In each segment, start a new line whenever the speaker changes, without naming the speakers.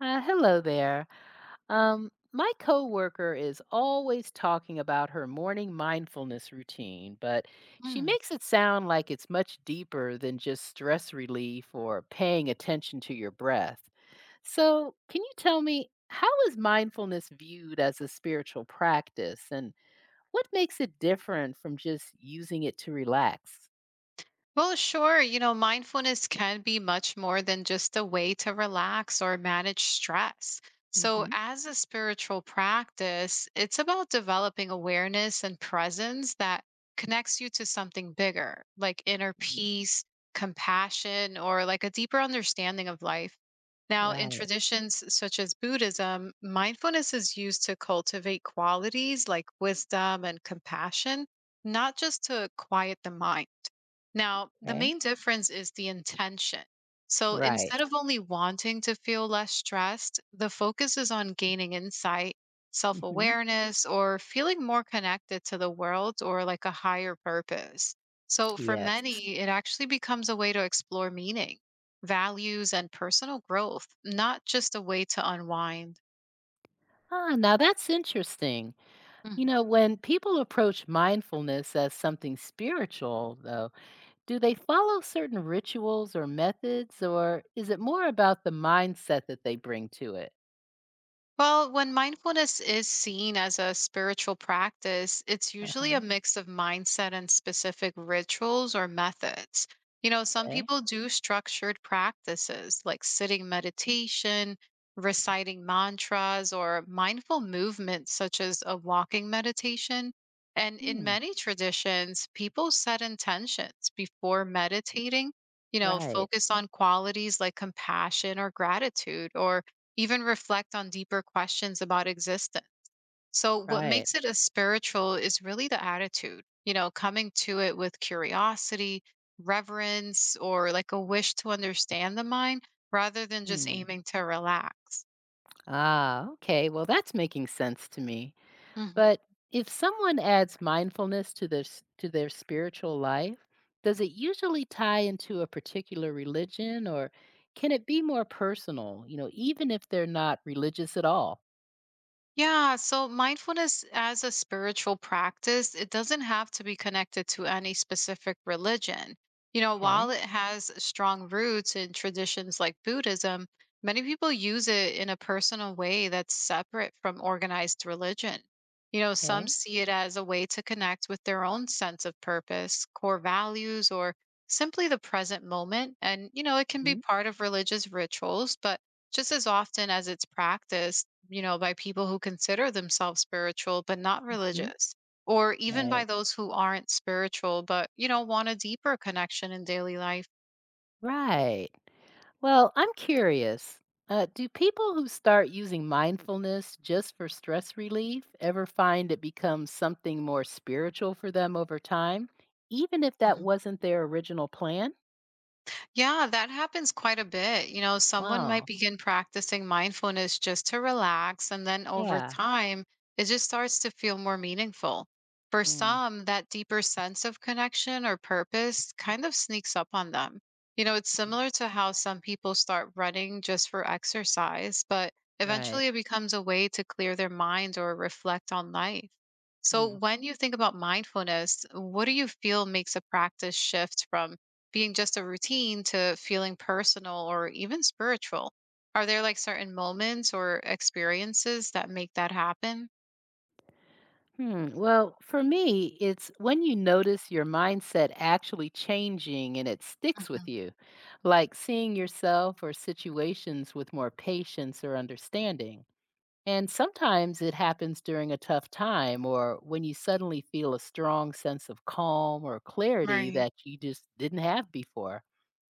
Hello there. My coworker is always talking about her morning mindfulness routine, but she
Mm.
makes it sound like it's much deeper than just stress relief or paying attention to your breath. So, can you tell me how is mindfulness viewed as a spiritual practice and what makes it different from just using it to relax?
Well, sure. Mindfulness can be much more than just a way to relax or manage stress. So,
Hmm.
as a spiritual practice, it's about developing awareness and presence that connects you to something bigger, like inner
Mm.
peace, compassion, or like a deeper understanding of life. Now, in
Right.
traditions such as Buddhism, mindfulness is used to cultivate qualities like wisdom and compassion, not just to quiet the mind. Now, the
Okay.
main difference is the intention. So
Right.
instead of only wanting to feel less stressed, the focus is on gaining insight, self
Hmm.
awareness, or feeling more connected to the world or like a higher purpose. So for
Yes.
many, it actually becomes a way to explore meaning, values, and personal growth, not just a way to unwind.
Ah, now that's interesting. When people approach mindfulness as something spiritual, though, do they follow certain rituals or methods, or is it more about the mindset that they bring to it?
Well, when mindfulness is seen as a spiritual practice, it's
Uh
usually a
huh.
mix of mindset and specific rituals or methods. Some
Okay.
people do structured practices like sitting meditation, reciting mantras, or mindful movements such as a walking meditation. And in
Hmm.
many traditions, people set intentions before meditating,
Right.
focus on qualities like compassion or gratitude, or even reflect on deeper questions about existence. So, what
Right.
makes it a spiritual is really the attitude, coming to it with curiosity, reverence, or like a wish to understand the mind rather than just
Hmm.
aiming to relax.
Ah, okay. Well, that's making sense to me.
Mm-hmm.
But if someone adds mindfulness to their to their spiritual life, does it usually tie into a particular religion or can it be more personal, even if they're not religious at all?
Yeah, so mindfulness as a spiritual practice, it doesn't have to be connected to any specific religion. While
Okay.
it has strong roots in traditions like Buddhism, many people use it in a personal way that's separate from organized religion. Some
Okay.
see it as a way to connect with their own sense of purpose, core values, or simply the present moment. And, it can be part of religious rituals, but just as often as it's practiced, by people who consider themselves spiritual but not
Mm-hmm.
religious, or even by
Right.
those who aren't spiritual but, want a deeper connection in daily life.
Right. Well, I'm curious. Do people who start using mindfulness just for stress relief ever find it becomes something more spiritual for them over time, even if that wasn't their original plan?
Yeah, that happens quite a bit. Someone might
Wow.
begin practicing mindfulness just to relax, and then over
Yeah.
time, it just starts to feel more meaningful. For
Mm.
some, that deeper sense of connection or purpose kind of sneaks up on them. It's similar to how some people start running just for exercise, but
Right.
eventually it becomes a way to clear their mind or reflect on life. So,
Mm.
when you think about mindfulness, what do you feel makes a practice shift from being just a routine to feeling personal or even spiritual? Are there like certain moments or experiences that make that happen?
Hmm. Well, for me, it's when you notice your mindset actually changing and it sticks with
Mhm.
you, like seeing yourself or situations with more patience or understanding. And sometimes it happens during a tough time or when you suddenly feel a strong sense of calm or clarity
Right.
that you just didn't have before.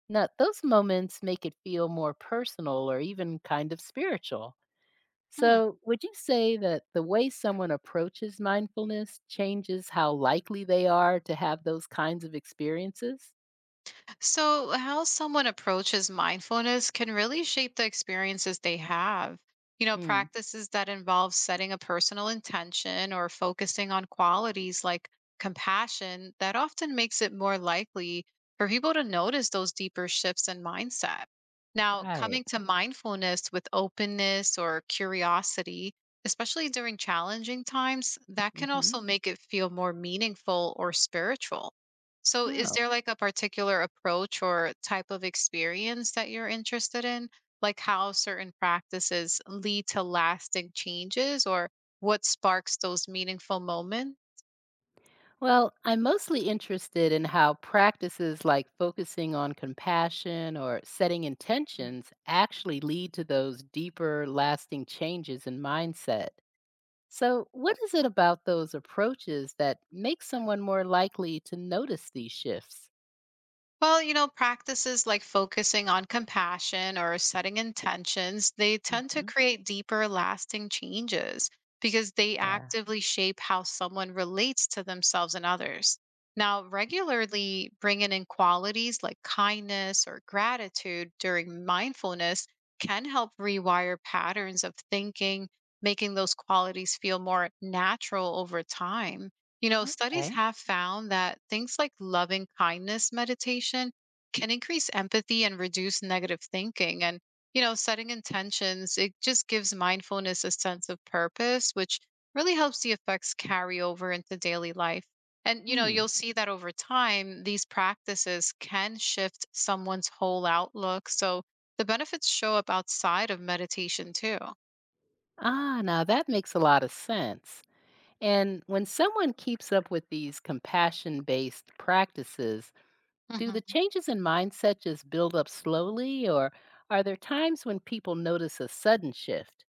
Now, those moments make it feel more personal or even kind of spiritual.
Hmm.
So, would you say that the way someone approaches mindfulness changes how likely they are to have those kinds of experiences?
So, how someone approaches mindfulness can really shape the experiences they have.
Hmm.
Practices that involve setting a personal intention or focusing on qualities like compassion, that often makes it more likely for people to notice those deeper shifts in mindset. Now,
Right.
coming to mindfulness with openness or curiosity, especially during challenging times, that can
Hmm.
also make it feel more meaningful or spiritual. So is
Oh,
there like a particular approach or type of experience that you're interested in? Like how certain practices lead to lasting changes or what sparks those meaningful moments?
well, I'm mostly interested in how practices like focusing on compassion or setting intentions actually lead to those deeper, lasting changes in mindset. So, what is it about those approaches that makes someone more likely to notice these shifts?
Well, practices like focusing on compassion or setting intentions, they tend to
Hmm.
create deeper, lasting changes because they
Yeah.
actively shape how someone relates to themselves and others. Now, regularly bringing in qualities like kindness or gratitude during mindfulness can help rewire patterns of thinking, making those qualities feel more natural over time. Studies
Okay.
have found that things like loving kindness meditation can increase empathy and reduce negative thinking. And, setting intentions, it just gives mindfulness a sense of purpose, which really helps the effects carry over into daily life. And,
Hmm.
you'll see that over time, these practices can shift someone's whole outlook. So the benefits show up outside of meditation too.
Ah, now that makes a lot of sense. And when someone keeps up with these compassion based practices, do the
Mhm.
changes in mindset just build up slowly, or are there times when people notice a sudden shift?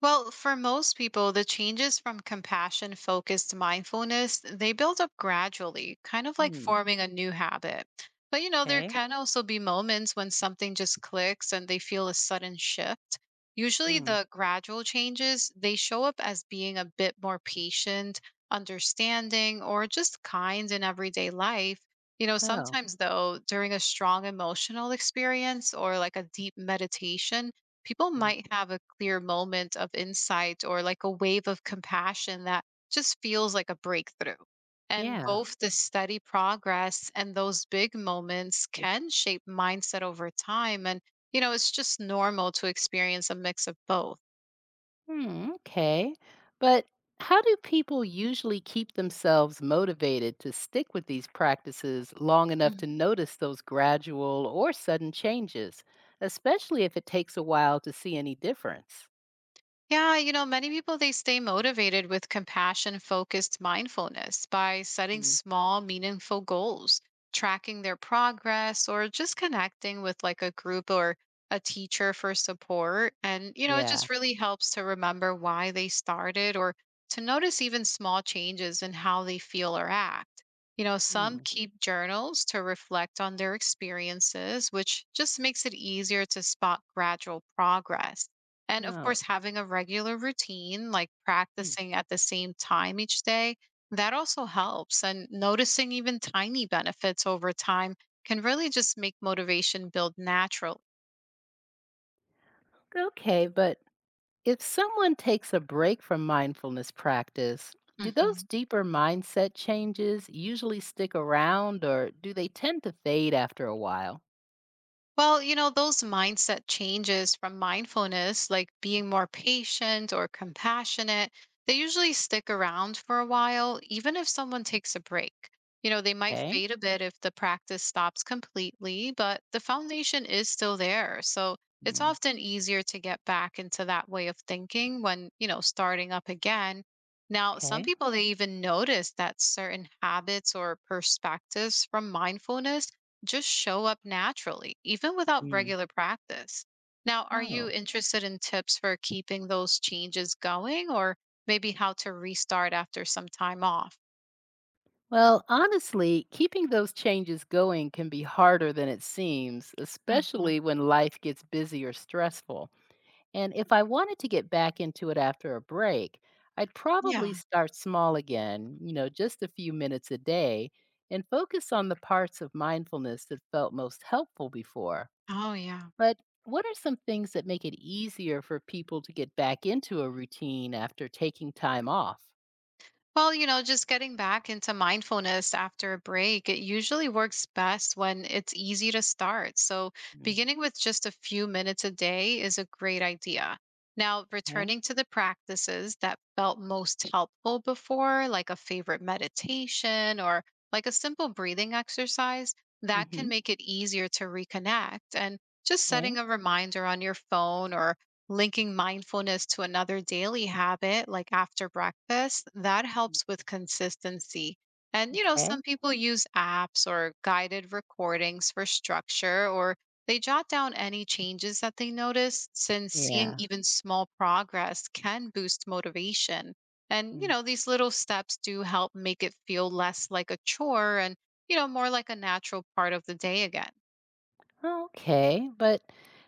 Well, for most people, the changes from compassion focused mindfulness, they build up gradually, kind of like
Hmm.
forming a new habit. But there
Okay.
can also be moments when something just clicks and they feel a sudden shift. Usually
Hmm.
the gradual changes, they show up as being a bit more patient, understanding, or just kind in everyday life.
Oh.
Sometimes though, during a strong emotional experience or like a deep meditation, people
Mm.
might have a clear moment of insight or like a wave of compassion that just feels like a breakthrough. And
Yeah.
both the steady progress and those big moments can shape mindset over time. And, it's just normal to experience a mix of both.
Hmm, okay. But how do people usually keep themselves motivated to stick with these practices long enough to notice those gradual or sudden changes, especially if it takes a while to see any difference?
Yeah, many people they stay motivated with compassion focused mindfulness by setting
Mm.
small, meaningful goals, tracking their progress, or just connecting with like a group or a teacher for support. And, it
Yeah.
just really helps to remember why they started or to notice even small changes in how they feel or act. Some
Hmm.
keep journals to reflect on their experiences, which just makes it easier to spot gradual progress. And of
No.
course, having a regular routine, like
Hmm.
practicing at the same time each day, that also helps. And noticing even tiny benefits over time can really just make motivation build naturally.
Okay, but if someone takes a break from mindfulness practice, do those
Mhm.
deeper mindset changes usually stick around or do they tend to fade after a while?
Well, those mindset changes from mindfulness, like being more patient or compassionate, they usually stick around for a while, even if someone takes a break. They might
Okay.
fade a bit if the practice stops completely, but the foundation is still there. So it's
Mm.
often easier to get back into that way of thinking when, starting up again. Now, some
Okay.
people, they even notice that certain habits or perspectives from mindfulness just show up naturally, even without
Mm.
regular practice. Now, are you
Oh.
interested in tips for keeping those changes going or maybe how to restart after some time off?
Well, honestly, keeping those changes going can be harder than it seems,
Hmm.
especially when life gets busy or stressful. And if I wanted to get back into it after a break, I'd
Yeah.
probably start small again, just a few minutes a day, and focus on the parts of mindfulness that felt most helpful before.
Oh, yeah.
But what are some things that make it easier for people to get back into a routine after taking time off?
Well, just getting back into mindfulness after a break, it usually works best when it's easy to start. So,
Mm.
beginning with just a few minutes a day is a great idea. Now,
Okay.
returning to the practices that felt most helpful before, like a favorite meditation or like a simple breathing exercise, that can
Hmm.
make it easier to reconnect. And just setting
Okay.
a reminder on your phone or linking mindfulness to another daily habit, like after breakfast, that helps with consistency. And,
Okay.
some people use apps or guided recordings for structure, or they jot down any changes that they notice, since seeing
Yeah.
even small progress can boost motivation. And,
Mm.
these little steps do help make it feel less like a chore and, more like a natural part of the day again.
Okay. But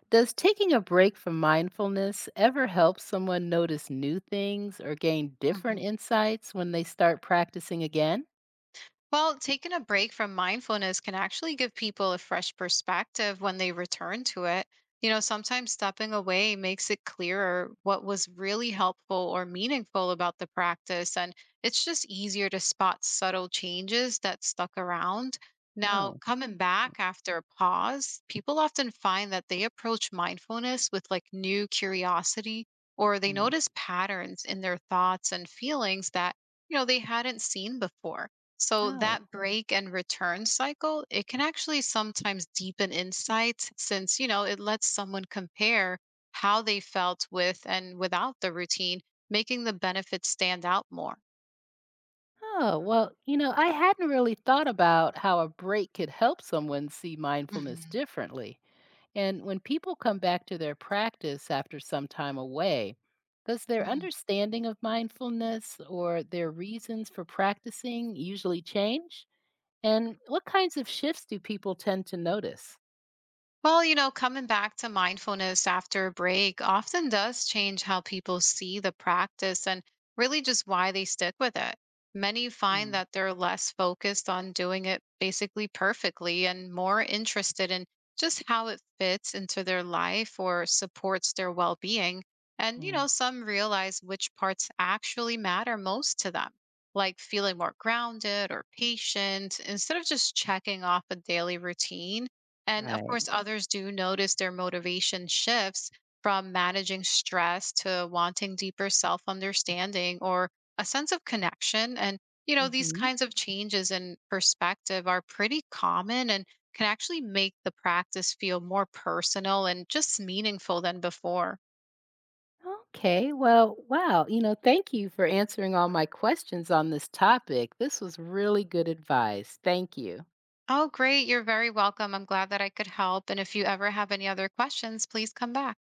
does taking a break from mindfulness ever help someone notice new things or gain different
Mm-hmm.
insights when they start practicing again?
Well, taking a break from mindfulness can actually give people a fresh perspective when they return to it. Sometimes stepping away makes it clearer what was really helpful or meaningful about the practice, and it's just easier to spot subtle changes that stuck around. Now,
Oh.
coming back after a pause, people often find that they approach mindfulness with like new curiosity, or they
Mm.
notice patterns in their thoughts and feelings that, they hadn't seen before. So
Oh.
that break and return cycle, it can actually sometimes deepen insights since, it lets someone compare how they felt with and without the routine, making the benefits stand out more.
Oh, well, I hadn't really thought about how a break could help someone see mindfulness
Mhm.
differently. And when people come back to their practice after some time away, does their understanding of mindfulness or their reasons for practicing usually change? And what kinds of shifts do people tend to notice?
Well, coming back to mindfulness after a break often does change how people see the practice and really just why they stick with it. Many find
Mm.
that they're less focused on doing it basically perfectly and more interested in just how it fits into their life or supports their well being. And,
Mm.
some realize which parts actually matter most to them, like feeling more grounded or patient instead of just checking off a daily routine. And of course,
Right.
others do notice their motivation shifts from managing stress to wanting deeper self understanding or a sense of connection. And, these
Hmm.
kinds of changes in perspective are pretty common and can actually make the practice feel more personal and just meaningful than before.
Okay, well, wow. Thank you for answering all my questions on this topic. This was really good advice. Thank you.
Oh, great. You're very welcome. I'm glad that I could help. And if you ever have any other questions, please come back.